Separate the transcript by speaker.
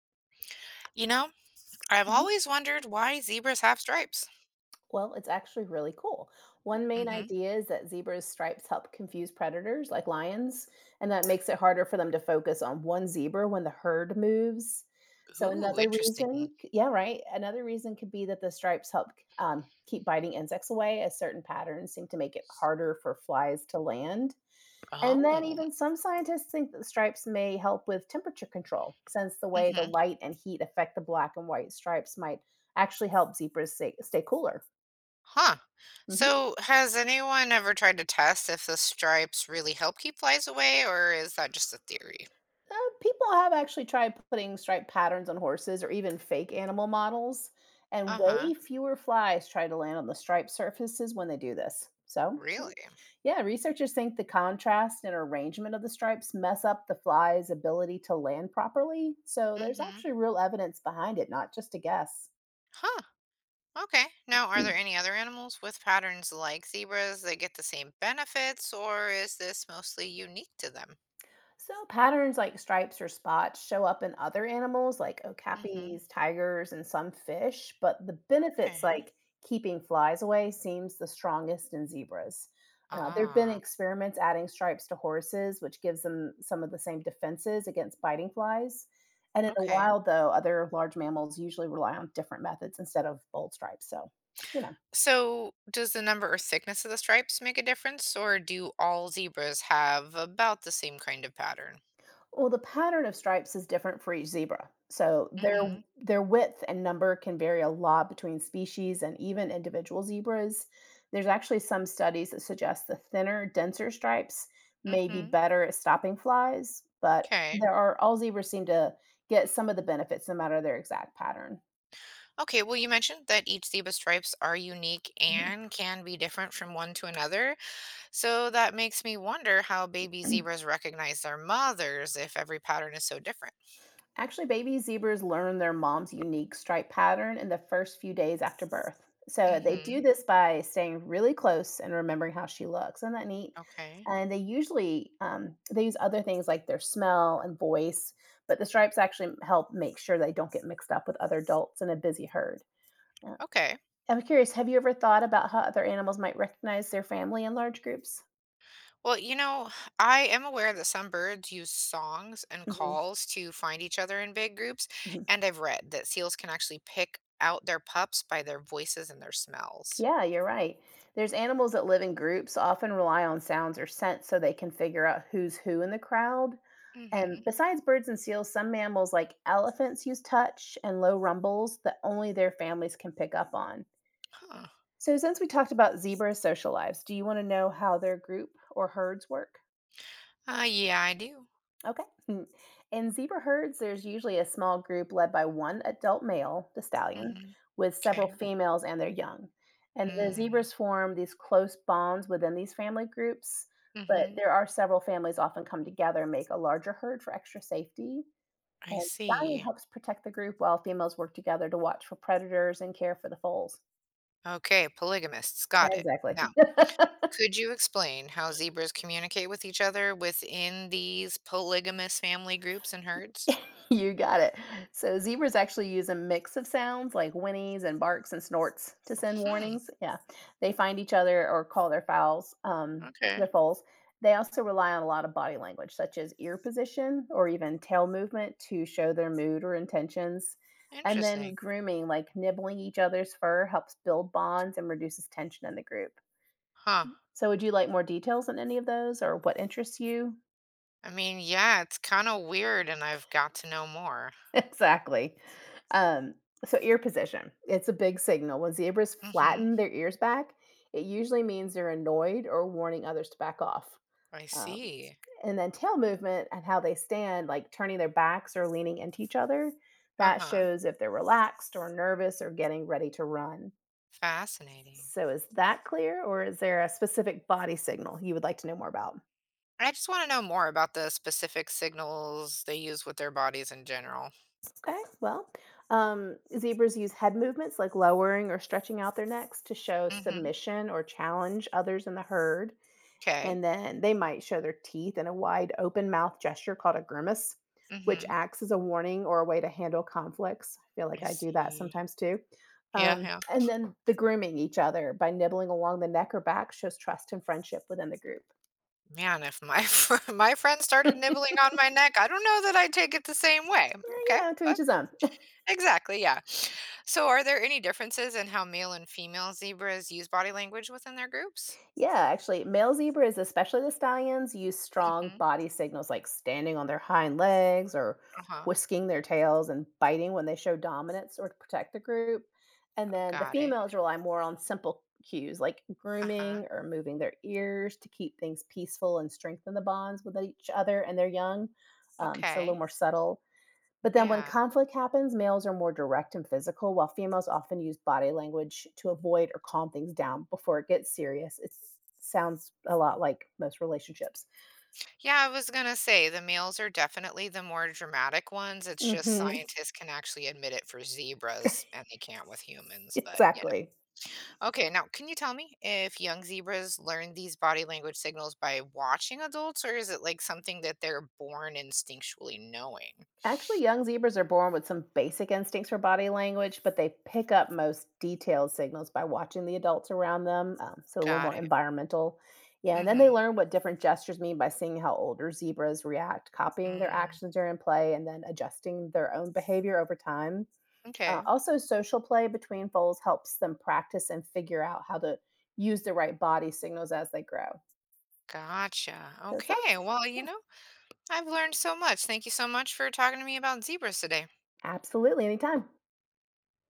Speaker 1: You know, I've
Speaker 2: Mhm.
Speaker 1: always wondered why zebras have stripes.
Speaker 2: Well, it's actually really cool. One main
Speaker 1: Hmm.
Speaker 2: idea is that zebras' stripes help confuse predators like lions, and that makes it harder for them to focus on one zebra when the herd moves. So,
Speaker 1: Ooh,
Speaker 2: another
Speaker 1: interesting.
Speaker 2: reason, yeah, right. Another reason could be that the stripes help keep biting insects away, as certain patterns seem to make it harder for flies to land. And then,
Speaker 1: Oh.
Speaker 2: even some scientists think that stripes may help with temperature control, since the way the
Speaker 1: Hmm.
Speaker 2: light and heat affect the black and white stripes might actually help zebras stay cooler.
Speaker 1: Huh.
Speaker 2: Hmm.
Speaker 1: So, has anyone ever tried to test if the stripes really help keep flies away, or is that just a theory?
Speaker 2: Uh, People have actually tried putting striped patterns on horses or even fake animal models, and
Speaker 1: Uh-huh.
Speaker 2: way fewer flies try to land on the striped surfaces when they do this. So,
Speaker 1: Really?
Speaker 2: yeah, researchers think the contrast and arrangement of the stripes mess up the fly's ability to land properly. So, there's
Speaker 1: Mm-hmm.
Speaker 2: actually real evidence behind it, not just a guess.
Speaker 1: Huh. Okay. Now, are there any other animals with patterns like zebras that get the same benefits, or is this mostly unique to them?
Speaker 2: So, patterns like stripes or spots show up in other animals like
Speaker 1: Mm-hmm.
Speaker 2: okapis, tigers, and some fish, but the benefits
Speaker 1: Okay.
Speaker 2: like keeping flies away seems the strongest in zebras. There have been
Speaker 1: Ah,
Speaker 2: experiments adding stripes to horses, which gives them some of the same defenses against biting flies. And in the
Speaker 1: okay.
Speaker 2: wild, though, other large mammals usually rely on different methods instead of bold stripes. So, you know.
Speaker 1: So, does the number or thickness of the stripes make a difference, or do all zebras have about the same kind of pattern?
Speaker 2: Well, the pattern of stripes is different for each zebra. So their
Speaker 1: Mm-hmm.
Speaker 2: their width and number can vary a lot between species and even individual zebras. There's actually some studies that suggest the thinner, denser stripes may be
Speaker 1: Mm-hmm.
Speaker 2: better at stopping flies, but
Speaker 1: Okay.
Speaker 2: there are all zebras seem to get some of the benefits no matter their exact pattern.
Speaker 1: Okay, well, you mentioned that each zebra stripes are unique
Speaker 2: Mhm.
Speaker 1: and can be different from one to another. So that makes me wonder how baby zebras recognize their mothers if every pattern is so different.
Speaker 2: Actually, baby zebras learn their mom's unique stripe pattern in the first few days after birth. So they do
Speaker 1: Mm-hmm.
Speaker 2: this by staying really close and remembering how she looks. Isn't that neat?
Speaker 1: Okay.
Speaker 2: And they usually they use other things like their smell and voice, but the stripes actually help make sure they don't get mixed up with other adults in a busy herd. Um,
Speaker 1: Okay.
Speaker 2: I'm curious, have you ever thought about how other animals might recognize their family in large groups?
Speaker 1: Well, I am aware that some birds use songs and
Speaker 2: Hmm.
Speaker 1: calls to find each other in big groups, and I've read that seals can actually pick out their pups by their voices and their smells.
Speaker 2: Yeah, you're right. There's animals that live in groups, often rely on sounds or scents so they can figure out who's who in the crowd. And
Speaker 1: Mm-hmm.
Speaker 2: besides birds and seals, some mammals like elephants use touch and low rumbles that only their families can pick up on.
Speaker 1: Huh.
Speaker 2: So, since we talked about zebras' social lives, do you want to know how their group or herds work?
Speaker 1: Yeah, I do.
Speaker 2: Okay. Hmm. In zebra herds, there's usually a small group led by one adult male, the stallion,
Speaker 1: Mm-hmm.
Speaker 2: with several
Speaker 1: Okay.
Speaker 2: females and their young. And the
Speaker 1: Mm.
Speaker 2: zebras form these close bonds within these family groups, but
Speaker 1: Mm-hmm.
Speaker 2: there are several families often come together and make a larger herd for extra safety.
Speaker 1: I
Speaker 2: And stallion
Speaker 1: see.
Speaker 2: helps protect the group while females work together to watch for predators and care for the foals.
Speaker 1: Okay, polygamists. Got it.
Speaker 2: Exactly.
Speaker 1: Now, could you explain how zebras communicate with each other within these polygamous family groups and herds?
Speaker 2: You got it. So zebras actually use a mix of sounds like whinnies and barks and snorts to send
Speaker 1: Hmm.
Speaker 2: warnings. Yeah, they find each other or call their fowls,
Speaker 1: Okay.
Speaker 2: their foals. They also rely on a lot of body language, such as ear position or even tail movement, to show their mood or intentions. And then
Speaker 1: Interesting.
Speaker 2: grooming, like nibbling each other's fur, helps build bonds and reduces tension in the group.
Speaker 1: Huh.
Speaker 2: So, would you like more details on any of those, or what interests you?
Speaker 1: I mean, yeah, it's kind of weird, and I've got to know more.
Speaker 2: Exactly. Um, so ear position. It's a big signal. When zebras
Speaker 1: Hmm.
Speaker 2: flatten their ears back, it usually means they're annoyed or warning others to back off.
Speaker 1: I
Speaker 2: Um,
Speaker 1: see.
Speaker 2: and then tail movement and how they stand, like turning their backs or leaning into each other, that
Speaker 1: Uh-huh.
Speaker 2: shows if they're relaxed or nervous or getting ready to run.
Speaker 1: Fascinating.
Speaker 2: So is that clear, or is there a specific body signal you would like to know more about?
Speaker 1: I just want to know more about the specific signals they use with their bodies in general.
Speaker 2: Okay, well, zebras use head movements like lowering or stretching out their necks to show
Speaker 1: Mm-hmm.
Speaker 2: submission or challenge others in the herd.
Speaker 1: Okay.
Speaker 2: And then they might show their teeth in a wide open mouth gesture called a grimace, which
Speaker 1: Mm-hmm.
Speaker 2: acts as a warning or a way to handle conflicts. I feel like
Speaker 1: I
Speaker 2: I do that
Speaker 1: see.
Speaker 2: sometimes too.
Speaker 1: Yeah, yeah.
Speaker 2: And then the grooming each other by nibbling along the neck or back shows trust and friendship within the group.
Speaker 1: Man, if my my friend started nibbling on my neck, I don't know that I'd take it the same way.
Speaker 2: Yeah, you
Speaker 1: Okay,
Speaker 2: know, to each
Speaker 1: but
Speaker 2: his own.
Speaker 1: exactly, yeah. So, are there any differences in how male and female zebras use body language within their groups?
Speaker 2: Yeah, actually, male zebras, especially the stallions, use strong
Speaker 1: Mm-hmm.
Speaker 2: body signals like standing on their hind legs or
Speaker 1: Uh-huh.
Speaker 2: whisking their tails and biting when they show dominance or to protect the group. And then the
Speaker 1: Got it.
Speaker 2: females rely more on simple cues like
Speaker 1: Uh-huh.
Speaker 2: grooming or moving their ears to keep things peaceful and strengthen the bonds with each other and their young. So a little
Speaker 1: Okay.
Speaker 2: more subtle. But then when
Speaker 1: Yeah.
Speaker 2: conflict happens, males are more direct and physical, while females often use body language to avoid or calm things down before it gets serious. It sounds a lot like most relationships.
Speaker 1: Yeah, I was gonna say the males are definitely the more dramatic ones. It's just
Speaker 2: Mhm.
Speaker 1: scientists can actually admit it for zebras and they can't with humans, but you
Speaker 2: Exactly.
Speaker 1: know. Okay, now can you tell me if young zebras learn these body language signals by watching adults, or is it like something that they're born instinctually knowing?
Speaker 2: Actually, young zebras are born with some basic instincts for body language, but they pick up most detailed signals by watching the adults around them. So, a little
Speaker 1: Got
Speaker 2: more
Speaker 1: it.
Speaker 2: environmental. Yeah, and then they
Speaker 1: Mm-hmm.
Speaker 2: learn what different gestures mean by seeing how older zebras react, copying their
Speaker 1: Mm.
Speaker 2: actions during play, and then adjusting their own behavior over time.
Speaker 1: Okay.
Speaker 2: Also, social play between foals helps them practice and figure out how to use the right body signals as they grow.
Speaker 1: Gotcha.
Speaker 2: So, it
Speaker 1: Okay.
Speaker 2: sounds,
Speaker 1: Well,
Speaker 2: yeah,
Speaker 1: I've learned so much. Thank you so much for talking to me about zebras today.
Speaker 2: absolutely anytime.